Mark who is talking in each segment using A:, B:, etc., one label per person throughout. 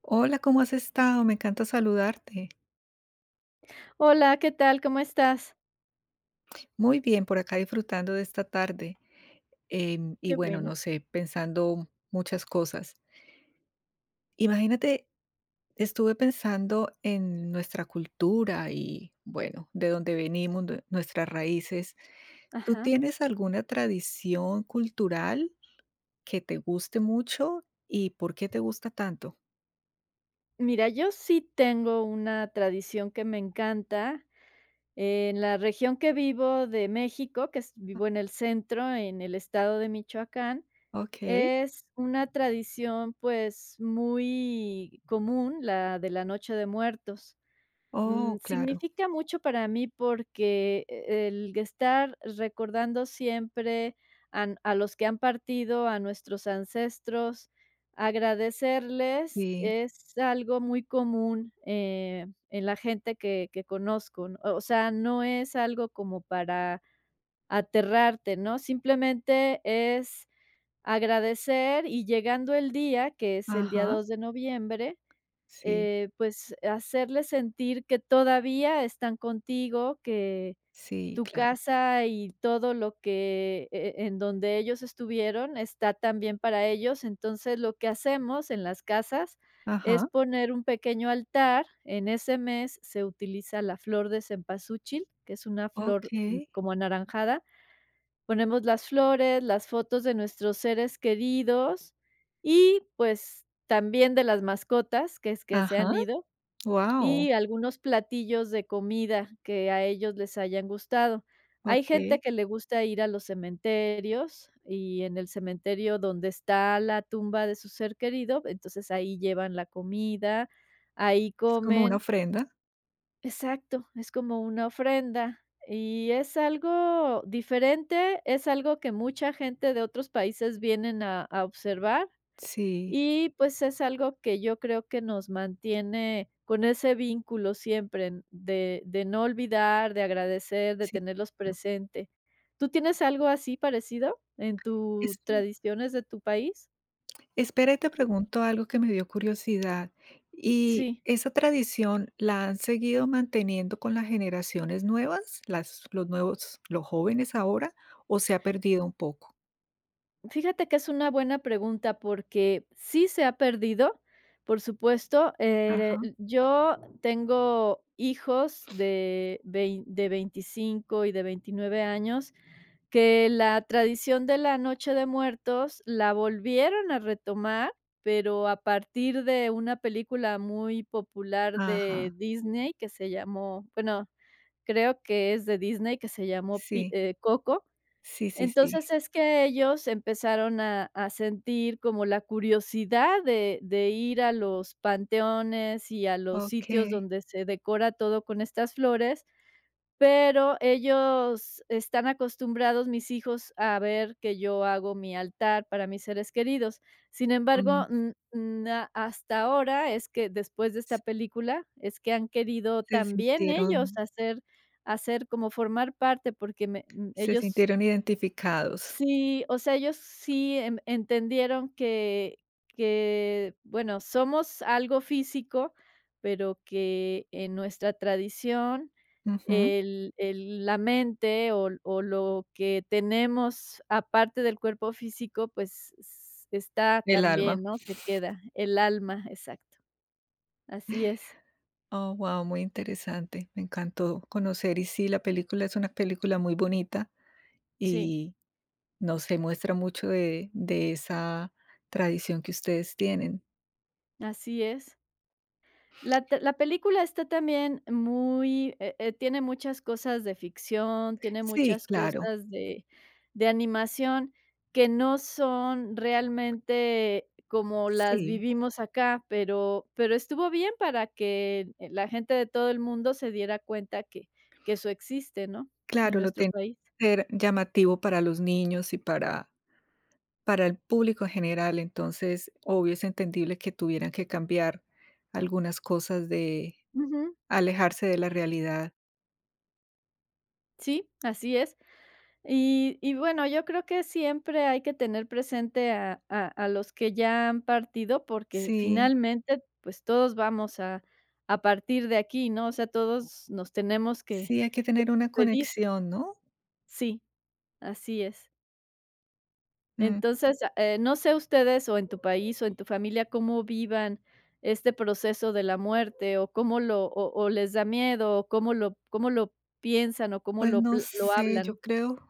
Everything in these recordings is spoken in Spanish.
A: Hola, ¿cómo has estado? Me encanta saludarte.
B: Hola, ¿qué tal? ¿Cómo estás?
A: Muy bien, por acá disfrutando de esta tarde. Y
B: Qué
A: bueno, no
B: bueno.
A: sé, pensando muchas cosas. Imagínate, estuve pensando en nuestra cultura y bueno, de dónde venimos, nuestras raíces. ¿Tú
B: Ajá.
A: tienes alguna tradición cultural que te guste mucho y por qué te gusta tanto?
B: Mira, yo sí tengo una tradición que me encanta. En la región que vivo de México, que es vivo en el centro, en el estado de Michoacán,
A: Ok.
B: es una tradición, pues, muy común, la de la Noche de Muertos.
A: Oh, claro.
B: Significa mucho para mí porque el estar recordando siempre an a los que han partido, a nuestros ancestros, agradecerles
A: Sí.
B: es algo muy común, en la gente que conozco, ¿no? O sea, no es algo como para aterrarte, ¿no? Simplemente es agradecer y llegando el día, que es el día
A: Ajá.
B: 2 de noviembre,
A: Sí.
B: pues, hacerles sentir que todavía están contigo, que
A: Sí,
B: tu
A: claro.
B: casa y todo lo que en donde ellos estuvieron está también para ellos. Entonces, lo que hacemos en las casas es
A: Ajá.
B: poner un pequeño altar. En ese mes se utiliza la flor de cempasúchil, que es una
A: Ok.
B: flor, como anaranjada. Ponemos las flores, las fotos de nuestros seres queridos y, pues, también de las mascotas, que es que se
A: Ajá,
B: han ido.
A: wow,
B: Y algunos platillos de comida que a ellos les hayan gustado. Hay gente
A: okey.
B: que le gusta ir a los cementerios y en el cementerio donde está la tumba de su ser querido, entonces ahí llevan la comida, ahí
A: Es como una
B: comen.
A: ofrenda.
B: Exacto, es como una ofrenda y es algo diferente, es algo que mucha gente de otros países vienen a observar
A: Sí,
B: y pues es algo que yo creo que nos mantiene con ese vínculo siempre de no olvidar, de agradecer, de
A: sí.
B: tenerlos
A: No.
B: presente. ¿Tú tienes algo así parecido en tus
A: Es
B: tradiciones de tu país?
A: Espera, y te pregunto algo que me dio curiosidad. ¿Y
B: Sí.
A: esa tradición la han seguido manteniendo con las generaciones nuevas, las los nuevos los jóvenes ahora, o se ha perdido un poco?
B: Fíjate que es una buena pregunta porque sí se ha perdido, por supuesto.
A: Ajá,
B: Yo tengo hijos de 25 y de 29 años que la tradición de la Noche de Muertos la volvieron a retomar, pero a partir de una película muy popular de
A: ajá.
B: Disney que se llamó, bueno, creo que es de Disney que se llamó
A: Sí,
B: Coco.
A: sí, sí, sí.
B: Entonces, es que ellos empezaron a sentir como la curiosidad de ir a los panteones y a los sitios
A: Okey.
B: donde se decora todo con estas flores, pero ellos están acostumbrados, mis hijos, a ver que yo hago mi altar para mis seres queridos. Sin
A: Mm.
B: embargo, mm, na hasta ahora es que después de esta
A: Se
B: película, es que han querido
A: se
B: también ellos
A: sintieron
B: hacer hacer como formar parte, porque
A: se
B: ellos.
A: sintieron identificados.
B: Sí, o sea, ellos sí en entendieron que, bueno, somos algo físico, pero que en nuestra tradición
A: Ujú.
B: el la mente o lo que tenemos aparte del cuerpo físico, pues, s está
A: El
B: también,
A: alma.
B: ¿no? Se queda, el alma, exacto. Así es.
A: Oh, wow, muy interesante. Me encantó conocer. Y sí, la película es una película muy bonita
B: Sí,
A: y no se muestra mucho de esa tradición que ustedes tienen.
B: así es. La película está también muy tiene muchas cosas de ficción, tiene
A: Sí,
B: muchas
A: claro,
B: cosas de animación que no son realmente como las
A: sí,
B: vivimos acá, pero estuvo bien para que la gente de todo el mundo se diera cuenta que eso existe, ¿no?, en
A: claro, lo
B: nuestro
A: tiene
B: país.
A: que ser llamativo para los niños y para el público en general. Entonces, obvio, es entendible que tuvieran que cambiar algunas cosas de
B: Ujú.
A: alejarse de la realidad.
B: Sí, así es. Y bueno, yo creo que siempre hay que tener presente a los que ya han partido, porque
A: Sí,
B: finalmente, pues, todos vamos a partir de aquí, ¿no? O sea, todos nos tenemos que
A: sí, hay que tener una
B: pedir.
A: conexión, ¿no?
B: Sí, así es.
A: Mm.
B: Entonces, no sé ustedes, o en tu país, o en tu familia, cómo vivan este proceso de la muerte, o cómo lo o les da miedo, o cómo lo piensan, o cómo
A: Pues
B: lo
A: no
B: pl lo
A: sé,
B: hablan.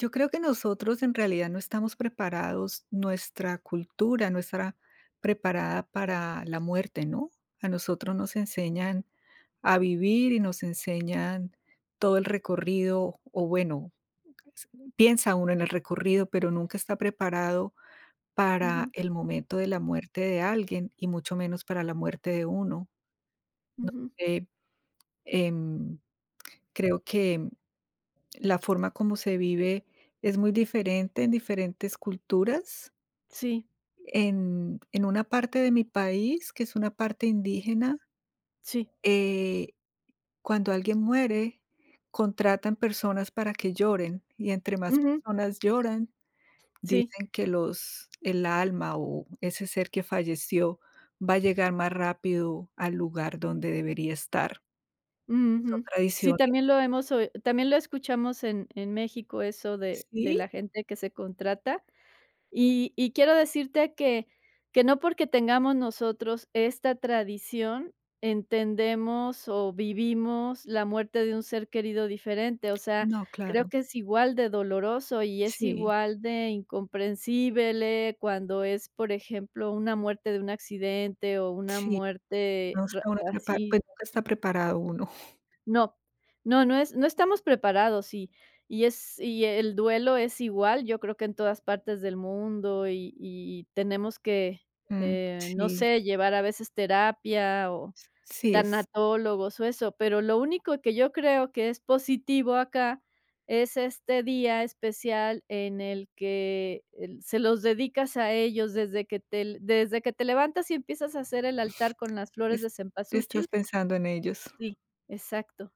A: yo creo que nosotros en realidad no estamos preparados, nuestra cultura no estará preparada para la muerte, ¿no? A nosotros nos enseñan a vivir y nos enseñan todo el recorrido, o bueno, s piensa uno en el recorrido, pero nunca está preparado para
B: Ujú,
A: el momento de la muerte de alguien, y mucho menos para la muerte de uno.
B: ujú.
A: Eh, em, Creo que la forma como se vive es muy diferente en diferentes culturas.
B: Sí,
A: En una parte de mi país, que es una parte indígena,
B: sí.
A: eh, cuando alguien muere, contratan personas para que lloren y entre más
B: Ujú,
A: personas lloran,
B: sí.
A: dicen que los, el alma o ese ser que falleció va a llegar más rápido al lugar donde debería estar. Son
B: Ujú. Sí,
A: tradiciones.
B: también lo hemos oi también lo escuchamos en México, eso de
A: Sí,
B: la gente que se contrata. Y quiero decirte que no porque tengamos nosotros esta tradición, entendemos o vivimos la muerte de un ser querido diferente. O sea,
A: no,
B: creo
A: claro.
B: que es igual de doloroso y es
A: Sí,
B: igual de incomprensible cuando es, por ejemplo, una muerte de un accidente o una
A: sí.
B: muerte
A: No
B: ra
A: está uno prepa
B: así
A: pues, nunca está preparado uno.
B: no, no, no es no estamos preparados y es y el duelo es igual, yo creo que en todas partes del mundo y tenemos que,
A: Mm,
B: no
A: sí,
B: sé, llevar a veces terapia o
A: sí,
B: tanatólogos o eso, pero lo único que yo creo que es positivo acá es este día especial en el que el se los dedicas a ellos desde que te levantas y empiezas a hacer el altar con las flores
A: es
B: de cempasúchil.
A: estás pensando en ellos.
B: Sí, exacto.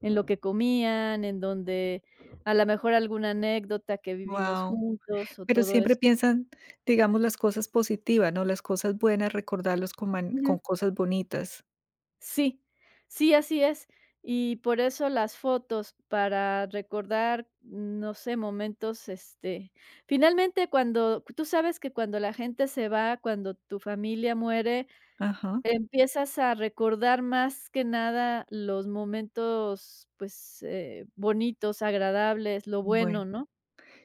B: En lo que comían, en donde a la mejor alguna anécdota que vivimos
A: Wow.
B: juntos o
A: Pero
B: todo
A: siempre
B: eso.
A: piensan, digamos, las cosas positivas, ¿no? Las cosas buenas, recordarlos con man con
B: Ujú.
A: cosas bonitas.
B: Sí, sí, así es. Y por eso las fotos para recordar, no sé, momentos, este, finalmente cuando tú sabes que cuando la gente se va, cuando tu familia muere,
A: Ajá.
B: empiezas a recordar más que nada los momentos, pues, bonitos, agradables, lo
A: Bueno,
B: bueno, ¿no?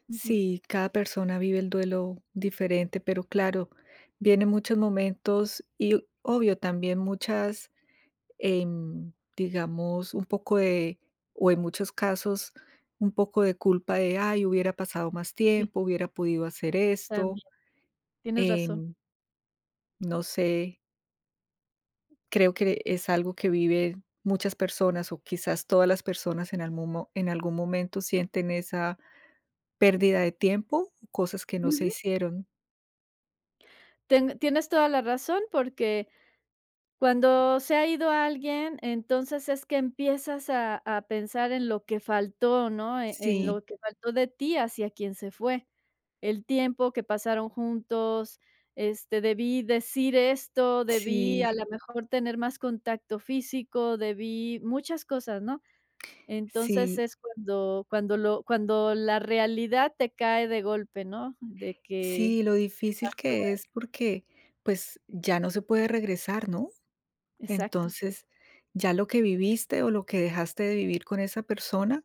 B: Ujú.
A: sí, cada persona vive el duelo diferente, pero claro, vienen muchos momentos y, obvio, también muchas digamos, un poco de, o en muchos casos, un poco de culpa de, ay, hubiera pasado más
B: Sí,
A: tiempo, hubiera podido hacer esto.
B: también. Tienes razón.
A: em, no sé, creo que es algo que viven muchas personas o quizás todas las personas en algún, en algún momento sienten esa pérdida de tiempo, cosas que no se
B: Ujú.
A: hicieron.
B: Ten Tienes toda la razón, porque cuando se ha ido alguien, entonces es que empiezas a pensar en lo que faltó, ¿no? En
A: Sí,
B: lo que faltó de ti hacia quien se fue. El tiempo que pasaron juntos, este, debí decir esto, debí
A: sí,
B: a lo mejor tener más contacto físico, debí muchas cosas, ¿no? Entonces
A: sí,
B: es cuando cuando lo cuando la realidad te cae de golpe, ¿no? De que
A: sí, lo difícil
B: pasó.
A: que es porque pues ya no se puede regresar, ¿no?
B: Exacto,
A: Entonces, ya lo que viviste o lo que dejaste de vivir con esa persona,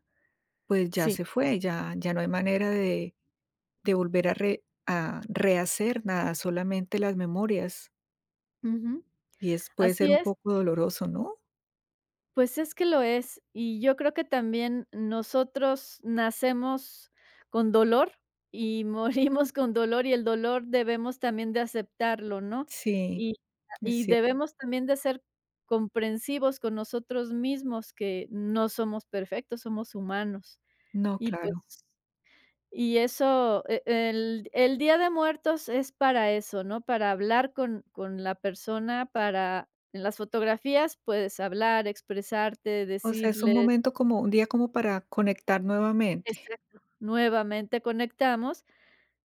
A: pues ya
B: sí.
A: se fue, ya, ya no hay manera de volver a rehacer nada, solamente las memorias.
B: Ujú.
A: Y es, puede ser
B: Así
A: un
B: es,
A: poco doloroso, ¿no?
B: pues es que lo es, y yo creo que también nosotros nacemos con dolor y morimos con dolor, y el dolor debemos también de aceptarlo, ¿no?
A: Sí,
B: Y
A: es
B: y
A: cierto.
B: debemos también de ser comprensivos con nosotros mismos, que no somos perfectos, somos humanos.
A: No,
B: Y pues.
A: claro.
B: Y eso, el Día de Muertos es para eso, ¿no? Para hablar con la persona, para en las fotografías puedes hablar, expresarte,
A: O sea, es un
B: decirles
A: momento como, un día como para conectar nuevamente.
B: exacto, nuevamente conectamos,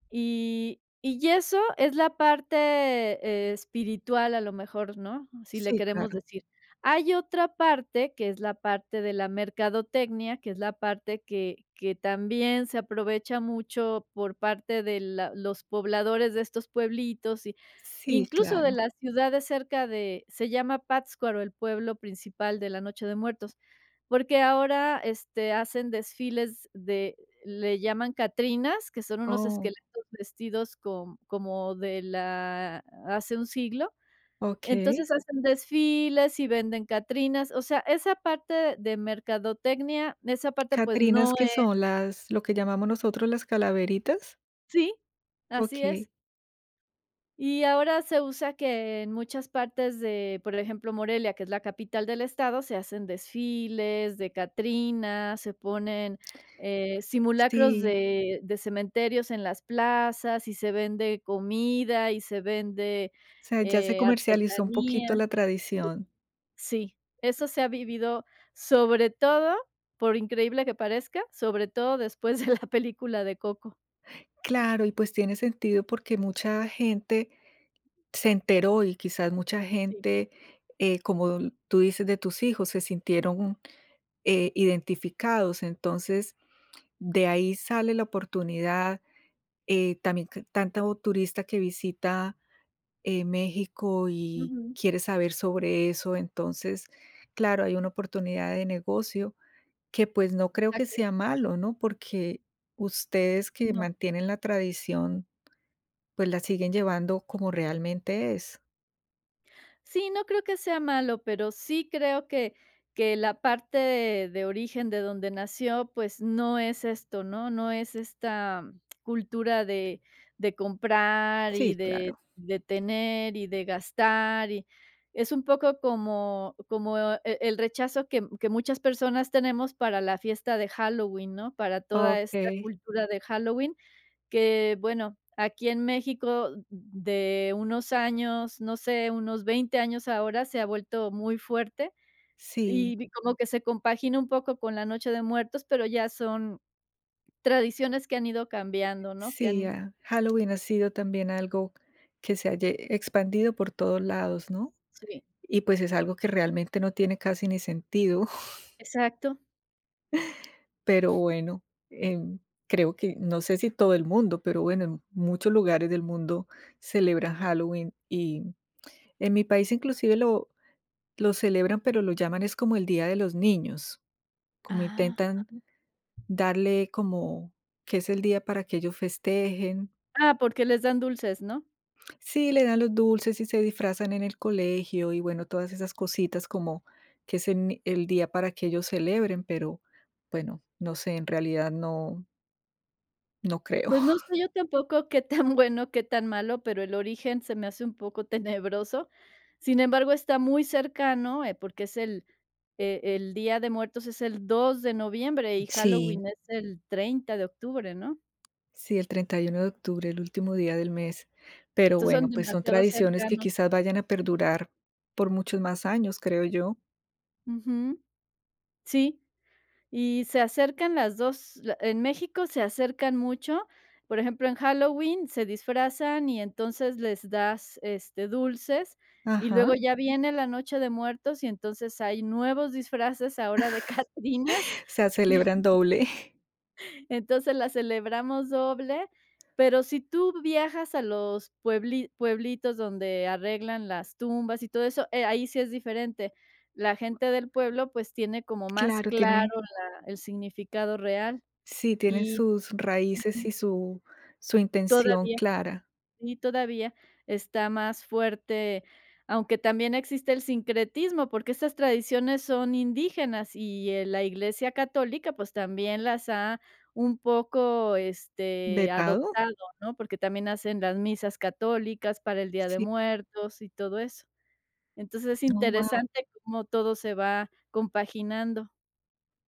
B: y eso es la parte, espiritual, a lo mejor, ¿no? Si le
A: Sí,
B: queremos
A: claro.
B: decir. Hay otra parte, que es la parte de la mercadotecnia, que es la parte que también se aprovecha mucho por parte de la los pobladores de estos pueblitos, y
A: Sí,
B: incluso de
A: claro.
B: las ciudades cerca de se llama Pátzcuaro, el pueblo principal de la Noche de Muertos, porque ahora, este, hacen desfiles de le llaman catrinas, que son unos
A: Oh,
B: esqueletos vestidos como de la hace un siglo.
A: ok.
B: Entonces, hacen desfiles y venden catrinas, o sea, esa parte de mercadotecnia, esa parte, pues,
A: Catrinas,
B: no
A: que
B: es
A: son las, lo que llamamos nosotros las calaveritas.
B: sí,
A: Ok,
B: así es. Y ahora se usa que en muchas partes de, por ejemplo, Morelia, que es la capital del estado, se hacen desfiles de Catrinas, se ponen, simulacros
A: sí.
B: de cementerios en las plazas, y se vende comida, y se vende,
A: O sea, ya se comercializó un
B: artesanía.
A: poquito la
B: Sí,
A: tradición.
B: sí, eso se ha vivido, sobre todo, por increíble que parezca, sobre todo después de la película de Coco.
A: Claro, y pues tiene sentido porque mucha gente se enteró y quizás mucha
B: Sí,
A: gente, como tú dices de tus hijos, se sintieron identificados. Entonces, de ahí sale la oportunidad. También que tanto turista que visita México y
B: ujú,
A: quiere saber sobre eso. Entonces, claro, hay una oportunidad de negocio. Que, pues, no creo que
B: exacto.
A: sea malo, ¿no? Porque ustedes que
B: No.
A: mantienen la tradición, pues, la siguen llevando como realmente es.
B: Sí, no creo que sea malo, pero sí creo que la parte de origen de donde nació, pues, no es esto, ¿no? No es esta cultura de comprar y
A: Sí, claro.
B: de tener y de gastar, y es un poco como como el rechazo que muchas personas tenemos para la fiesta de Halloween, ¿no? Para toda esta
A: Okey.
B: cultura de Halloween, que bueno, aquí en México de unos años, no sé, unos 20 años ahora, se ha vuelto muy fuerte
A: Sí,
B: y vi como que se compagina un poco con la Noche de Muertos, pero ya son tradiciones que han ido cambiando, ¿no? Que
A: sí,
B: han
A: ah, Halloween ha sido también algo que se ha lle expandido por todos lados, ¿no?
B: sí,
A: Y, pues, es algo que realmente no tiene casi ni sentido,
B: exacto.
A: pero bueno, em, creo que no sé si todo el mundo, pero bueno, en muchos lugares del mundo celebran Halloween, y en mi país inclusive lo celebran, pero lo llaman es como el Día de los Niños, como
B: Ah,
A: intentan
B: ujú.
A: darle como que es el día para que ellos festejen.
B: Ah, porque les dan dulces, ¿no?
A: Sí, le dan los dulces y se disfrazan en el colegio y bueno, todas esas cositas como que es el, el día para que ellos celebren, pero bueno, no sé, en realidad no, no creo.
B: Pues no sé yo tampoco qué tan bueno, qué tan malo, pero el origen se me hace un poco tenebroso. Sin embargo, está muy cercano, porque es el. El Día de Muertos es el 2 de noviembre y
A: Sí,
B: Halloween es el 30 de octubre, ¿no?
A: sí, el 31 de octubre, el último día del mes, pero
B: Entonces,
A: bueno,
B: son
A: pues son
B: demasiado
A: tradiciones que
B: cercanos.
A: quizás vayan a perdurar por muchos más años, creo yo.
B: Ujú. Sí, y se acercan las 2. La en México se acercan mucho. Por ejemplo, en Halloween se disfrazan y entonces les das, este, dulces, y
A: Ajá.
B: luego ya viene la Noche de Muertos, y entonces hay nuevos disfraces ahora de Catrinas.
A: O sea, celebran doble.
B: Entonces, la celebramos doble, pero si tú viajas a los pueblitos donde arreglan las tumbas y todo eso, ahí sí es diferente. La gente del pueblo, pues, tiene como más
A: Claro,
B: claro
A: tiene
B: la el significado real
A: sí, tiene
B: y
A: sus raíces y su su intención
B: todavía
A: clara.
B: y todavía está más fuerte, aunque también existe el sincretismo, porque estas tradiciones son indígenas y, la Iglesia católica, pues, también las ha un poco, este,
A: ¿Vetado?
B: adoptado, ¿no? Porque también hacen las misas católicas para el Día de
A: Sí.
B: Muertos y todo eso. Entonces, es
A: Oh, wow.
B: interesante cómo todo se va compaginando.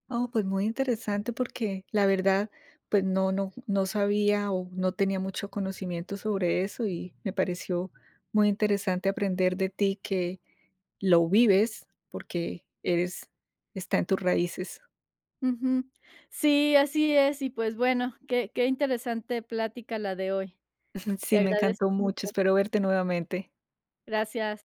A: Oh, pues muy interesante porque la verdad, pues no sabía o no tenía mucho conocimiento sobre eso y me pareció muy interesante aprender de ti que lo vives porque eres está en tus raíces.
B: Ujú. Sí, así es. Y, pues, bueno, qué qué interesante plática la de hoy. Te
A: Sí, me encantó
B: agradezco
A: mucho,
B: mucho.
A: espero verte nuevamente.
B: Gracias.